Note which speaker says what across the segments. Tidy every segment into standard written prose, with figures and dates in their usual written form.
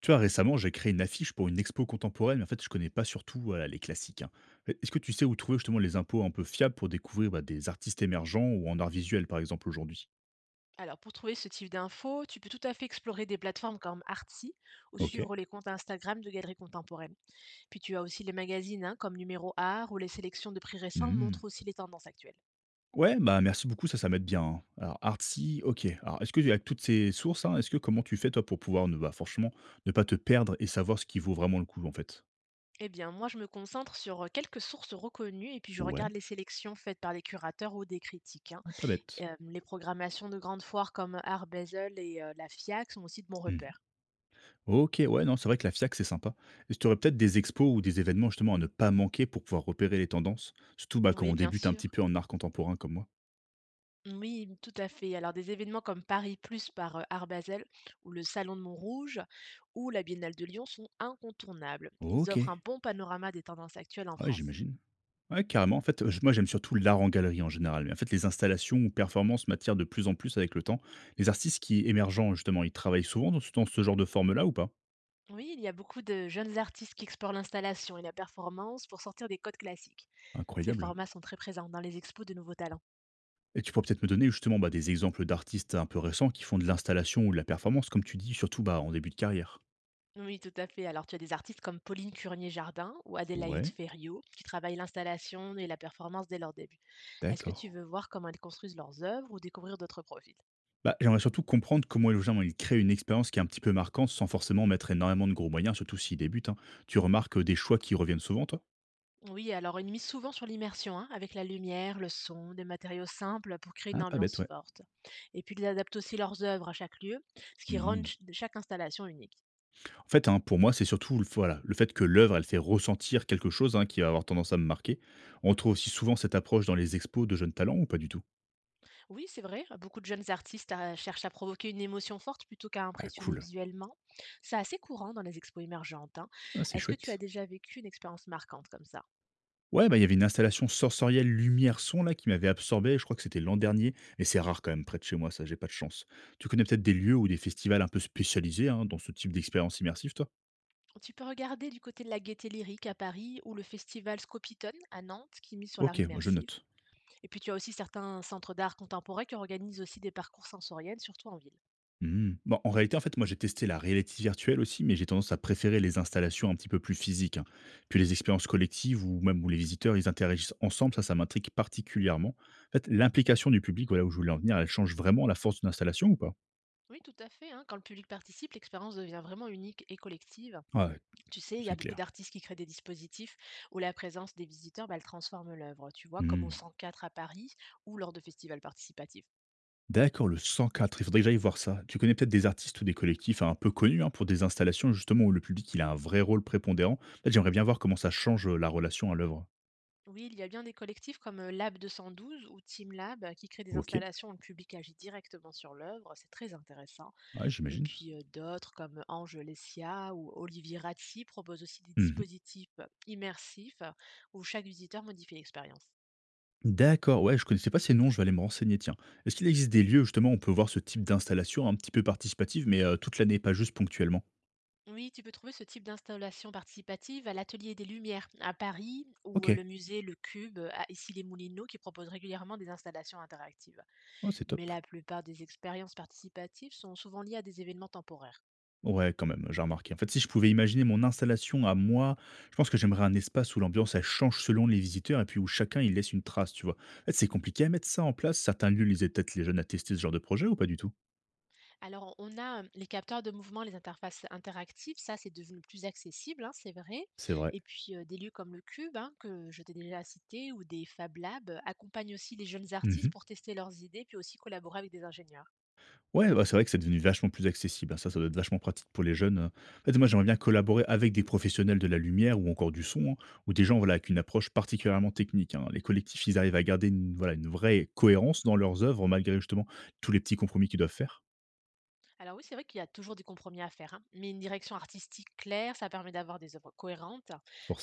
Speaker 1: Tu vois, récemment, j'ai créé une affiche pour une expo contemporaine, mais en fait, je connais pas surtout, voilà, les classiques, hein. Est-ce que tu sais où trouver justement les impôts un peu fiables pour découvrir, bah, des artistes émergents ou en art visuel, par exemple, aujourd'hui?
Speaker 2: Alors, pour trouver ce type d'infos, tu peux tout à fait explorer des plateformes comme Artsy ou
Speaker 1: Ok.
Speaker 2: suivre les comptes Instagram de galeries contemporaines. Puis tu as aussi les magazines hein, comme Numéro Art ou les sélections de prix récents montrent
Speaker 1: Hmm.
Speaker 2: aussi les tendances actuelles.
Speaker 1: Ouais, bah merci beaucoup, ça m'aide bien, hein. Alors, Artsy, ok. Alors, est-ce que avec toutes ces sources, hein, est-ce que comment tu fais toi pour pouvoir, ne, bah, franchement, ne pas te perdre et savoir ce qui vaut vraiment le coup, en fait?
Speaker 2: Eh bien, moi, je me concentre sur quelques sources reconnues et puis je regarde
Speaker 1: Ouais,
Speaker 2: les sélections faites par des curateurs ou des critiques, hein.
Speaker 1: pas bête.
Speaker 2: Les programmations de grandes foires comme Art Basel et la FIAC sont aussi de bons
Speaker 1: Mmh.
Speaker 2: repères.
Speaker 1: OK, ouais, non, c'est vrai que la FIAC, c'est sympa. Est-ce que tu aurais peut-être des expos ou des événements justement à ne pas manquer pour pouvoir repérer les tendances? Surtout, bah, quand on
Speaker 2: Oui, bien
Speaker 1: débute un petit
Speaker 2: sûr.
Speaker 1: peu en art contemporain comme moi.
Speaker 2: Oui, tout à fait. Alors des événements comme Paris Plus par Art Basel ou le Salon de Montrouge ou la Biennale de Lyon sont incontournables. Ils
Speaker 1: OK,
Speaker 2: offrent
Speaker 1: ouais,
Speaker 2: un bon panorama des tendances actuelles en France.
Speaker 1: j'imagine. Ouais, carrément. En fait, moi, j'aime surtout l'art en galerie en général. Mais en fait, les installations ou performances m'attirent de plus en plus avec le temps. Les artistes qui émergent, justement, ils travaillent souvent dans ce genre de forme-là, ou pas?
Speaker 2: Oui, il y a beaucoup de jeunes artistes qui explorent l'installation et la performance pour sortir des codes classiques. Ces
Speaker 1: Incroyable.
Speaker 2: formats sont très présents dans les expos de nouveaux talents.
Speaker 1: Et tu pourrais peut-être me donner justement, bah, des exemples d'artistes un peu récents qui font de l'installation ou de la performance, comme tu dis, surtout, bah, en début de carrière.
Speaker 2: Oui, tout à fait. Alors tu as des artistes comme Pauline Curnier-Jardin ou Adélaïde
Speaker 1: Ouais,
Speaker 2: Ferriot qui travaillent l'installation et la performance dès leur début. Est-ce que tu
Speaker 1: d'accord.
Speaker 2: veux voir comment elles construisent leurs œuvres ou découvrir d'autres profils?
Speaker 1: Bah, j'aimerais surtout comprendre comment les gens ils créent une expérience qui est un petit peu marquante sans forcément mettre énormément de gros moyens, surtout s'ils débutent, hein. Tu remarques des choix qui reviennent souvent, toi?
Speaker 2: Oui, alors ils misent souvent sur l'immersion, hein, avec la lumière, le son, des matériaux simples pour créer une
Speaker 1: Ah, pas bête,
Speaker 2: ambiance
Speaker 1: ouais.
Speaker 2: forte. Et puis ils adaptent aussi leurs œuvres à chaque lieu, ce qui rend
Speaker 1: Mhm.
Speaker 2: chaque installation unique.
Speaker 1: En fait, hein, pour moi, c'est surtout le, voilà, le fait que l'œuvre, elle fait ressentir quelque chose, hein, qui va avoir tendance à me marquer. On trouve aussi souvent cette approche dans les expos de jeunes talents, ou pas du tout?
Speaker 2: Oui, c'est vrai, beaucoup de jeunes artistes cherchent à provoquer une émotion forte plutôt qu'à
Speaker 1: Ah,
Speaker 2: impressionner
Speaker 1: cool.
Speaker 2: visuellement. C'est assez courant dans les expos émergentes, hein.
Speaker 1: Ah, c'est
Speaker 2: Est-ce que tu as
Speaker 1: chouette.
Speaker 2: déjà vécu une expérience marquante comme ça?
Speaker 1: Ouais, bah, il y avait une installation sensorielle lumière-son là qui m'avait absorbé, je crois que c'était l'an dernier, mais c'est rare quand même près de chez moi, ça, j'ai pas de chance. Tu connais peut-être des lieux ou des festivals un peu spécialisés, hein, dans ce type d'expérience immersive, toi?
Speaker 2: Tu peux regarder du côté de la Gaieté Lyrique à Paris ou le festival Scopitone à Nantes qui mise sur l'art
Speaker 1: Ok, moi je
Speaker 2: immersif.
Speaker 1: note.
Speaker 2: Et puis tu as aussi certains centres d'art contemporain qui organisent aussi des parcours sensoriels, surtout en ville.
Speaker 1: Hmm. Bon, en réalité, en fait, moi j'ai testé la réalité virtuelle aussi, mais j'ai tendance à préférer les installations un petit peu plus physiques, hein. Puis les expériences collectives ou même où les visiteurs ils interagissent ensemble, ça m'intrigue particulièrement. En fait, l'implication du public, voilà où je voulais en venir, elle change vraiment la force d'une installation, ou pas?
Speaker 2: Oui, tout à fait, hein. Quand le public participe, l'expérience devient vraiment unique et collective.
Speaker 1: Ah, ouais,
Speaker 2: Tu sais, il y a
Speaker 1: c'est
Speaker 2: beaucoup
Speaker 1: clair.
Speaker 2: d'artistes qui créent des dispositifs où la présence des visiteurs, bah, elle transforme l'œuvre, tu vois, comme
Speaker 1: Mmh.
Speaker 2: au 104 à Paris ou lors de festivals participatifs.
Speaker 1: D'accord, le 104, il faudrait que j'aille voir ça. Tu connais peut-être des artistes ou des collectifs, hein, un peu connus, hein, pour des installations justement où le public il a un vrai rôle prépondérant. En fait, j'aimerais bien voir comment ça change la relation à l'œuvre.
Speaker 2: Oui, il y a bien des collectifs comme Lab 212 ou Team Lab qui créent des
Speaker 1: Ok,
Speaker 2: installations où le public agit directement sur l'œuvre. C'est très intéressant.
Speaker 1: ouais,
Speaker 2: Et
Speaker 1: j'imagine.
Speaker 2: puis, d'autres comme Ange Lescia ou Olivier Ratti proposent aussi des
Speaker 1: Mhm.
Speaker 2: dispositifs immersifs où chaque visiteur modifie l'expérience.
Speaker 1: D'accord, ouais, je connaissais pas ces noms, je vais aller me renseigner, tiens. Est-ce qu'il existe des lieux justement où on peut voir ce type d'installation un petit peu participative, mais toute l'année, pas juste ponctuellement?
Speaker 2: Oui, tu peux trouver ce type d'installation participative à l'Atelier des Lumières à Paris ou
Speaker 1: Ok,
Speaker 2: le musée Le Cube à Issy-les-Moulineaux qui propose régulièrement des installations interactives.
Speaker 1: oh, c'est
Speaker 2: Mais
Speaker 1: top.
Speaker 2: la plupart des expériences participatives sont souvent liées à des événements temporaires.
Speaker 1: Ouais, quand même, j'ai remarqué. En fait, si je pouvais imaginer mon installation à moi, je pense que j'aimerais un espace où l'ambiance, elle change selon les visiteurs et puis où chacun, il laisse une trace, tu vois. En fait, c'est compliqué à mettre ça en place. Certains lieux, ils aident peut-être les jeunes à tester ce genre de projet, ou pas du tout?
Speaker 2: Alors, on a, les capteurs de mouvement, les interfaces interactives, ça, c'est devenu plus accessible, hein, c'est vrai.
Speaker 1: C'est vrai.
Speaker 2: Et puis, des lieux comme le Cube, hein, que je t'ai déjà cité ou des Fab Labs, accompagnent aussi les jeunes artistes
Speaker 1: Mhm.
Speaker 2: pour tester leurs idées, puis aussi collaborer avec des ingénieurs.
Speaker 1: Ouais, bah, c'est vrai que c'est devenu vachement plus accessible, hein. Ça doit être vachement pratique pour les jeunes. En fait, moi, j'aimerais bien collaborer avec des professionnels de la lumière ou encore du son, hein, ou des gens, voilà, avec une approche particulièrement technique, hein. Les collectifs, ils arrivent à garder une, voilà, une vraie cohérence dans leurs œuvres, malgré justement tous les petits compromis qu'ils doivent faire,
Speaker 2: Alors oui, c'est vrai qu'il y a toujours des compromis à faire, hein, mais une direction artistique claire, ça permet d'avoir des œuvres cohérentes.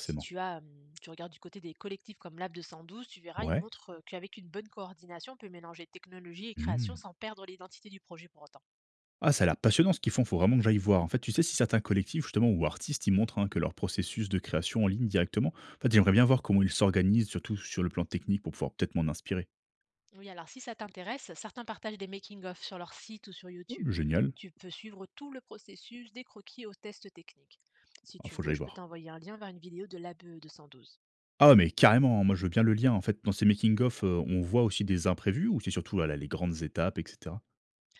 Speaker 2: Si tu as, tu regardes du côté des collectifs comme Lab 212, tu verras, ils
Speaker 1: Ouais.
Speaker 2: montrent, qu'avec une bonne coordination, on peut mélanger technologie et
Speaker 1: Mmh.
Speaker 2: création sans perdre l'identité du projet pour autant.
Speaker 1: Ah, ça a l'air passionnant ce qu'ils font, faut vraiment que j'aille voir. En fait, tu sais si certains collectifs justement ou artistes, ils montrent, hein, que leur processus de création en ligne directement. En fait, j'aimerais bien voir comment ils s'organisent, surtout sur le plan technique pour pouvoir peut-être m'en inspirer.
Speaker 2: Oui, alors si ça t'intéresse, certains partagent des making-of sur leur site ou sur
Speaker 1: Oh,
Speaker 2: YouTube.
Speaker 1: génial,
Speaker 2: Tu peux suivre tout le processus des croquis aux tests techniques. Si
Speaker 1: ah,
Speaker 2: tu
Speaker 1: faut que
Speaker 2: veux,
Speaker 1: j'aille
Speaker 2: je peux
Speaker 1: voir.
Speaker 2: t'envoyer un lien vers une vidéo de l'ABE 212.
Speaker 1: Ah mais carrément, hein, moi je veux bien le lien. En fait, dans ces making of, on voit aussi des imprévus ou c'est surtout, voilà, les grandes étapes et cetera?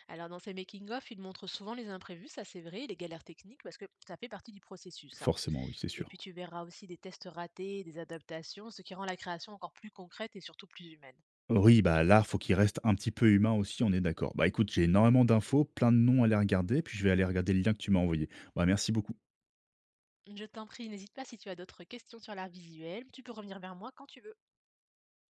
Speaker 2: Alors dans ces making-of, ils montrent souvent les imprévus, ça c'est vrai, et les galères techniques, parce que ça fait partie du processus, hein.
Speaker 1: Forcément oui, c'est
Speaker 2: Et
Speaker 1: sûr.
Speaker 2: puis tu verras aussi des tests ratés, des adaptations, ce qui rend la création encore plus concrète et surtout plus humaine.
Speaker 1: Oui, bah, là, faut qu'il reste un petit peu humain aussi, on est d'accord. Bah, écoute, j'ai énormément d'infos, plein de noms à aller regarder, puis je vais aller regarder le lien que tu m'as envoyé. Bah, merci beaucoup.
Speaker 2: Je t'en prie, n'hésite pas si tu as d'autres questions sur l'art visuel, tu peux revenir vers moi quand tu veux.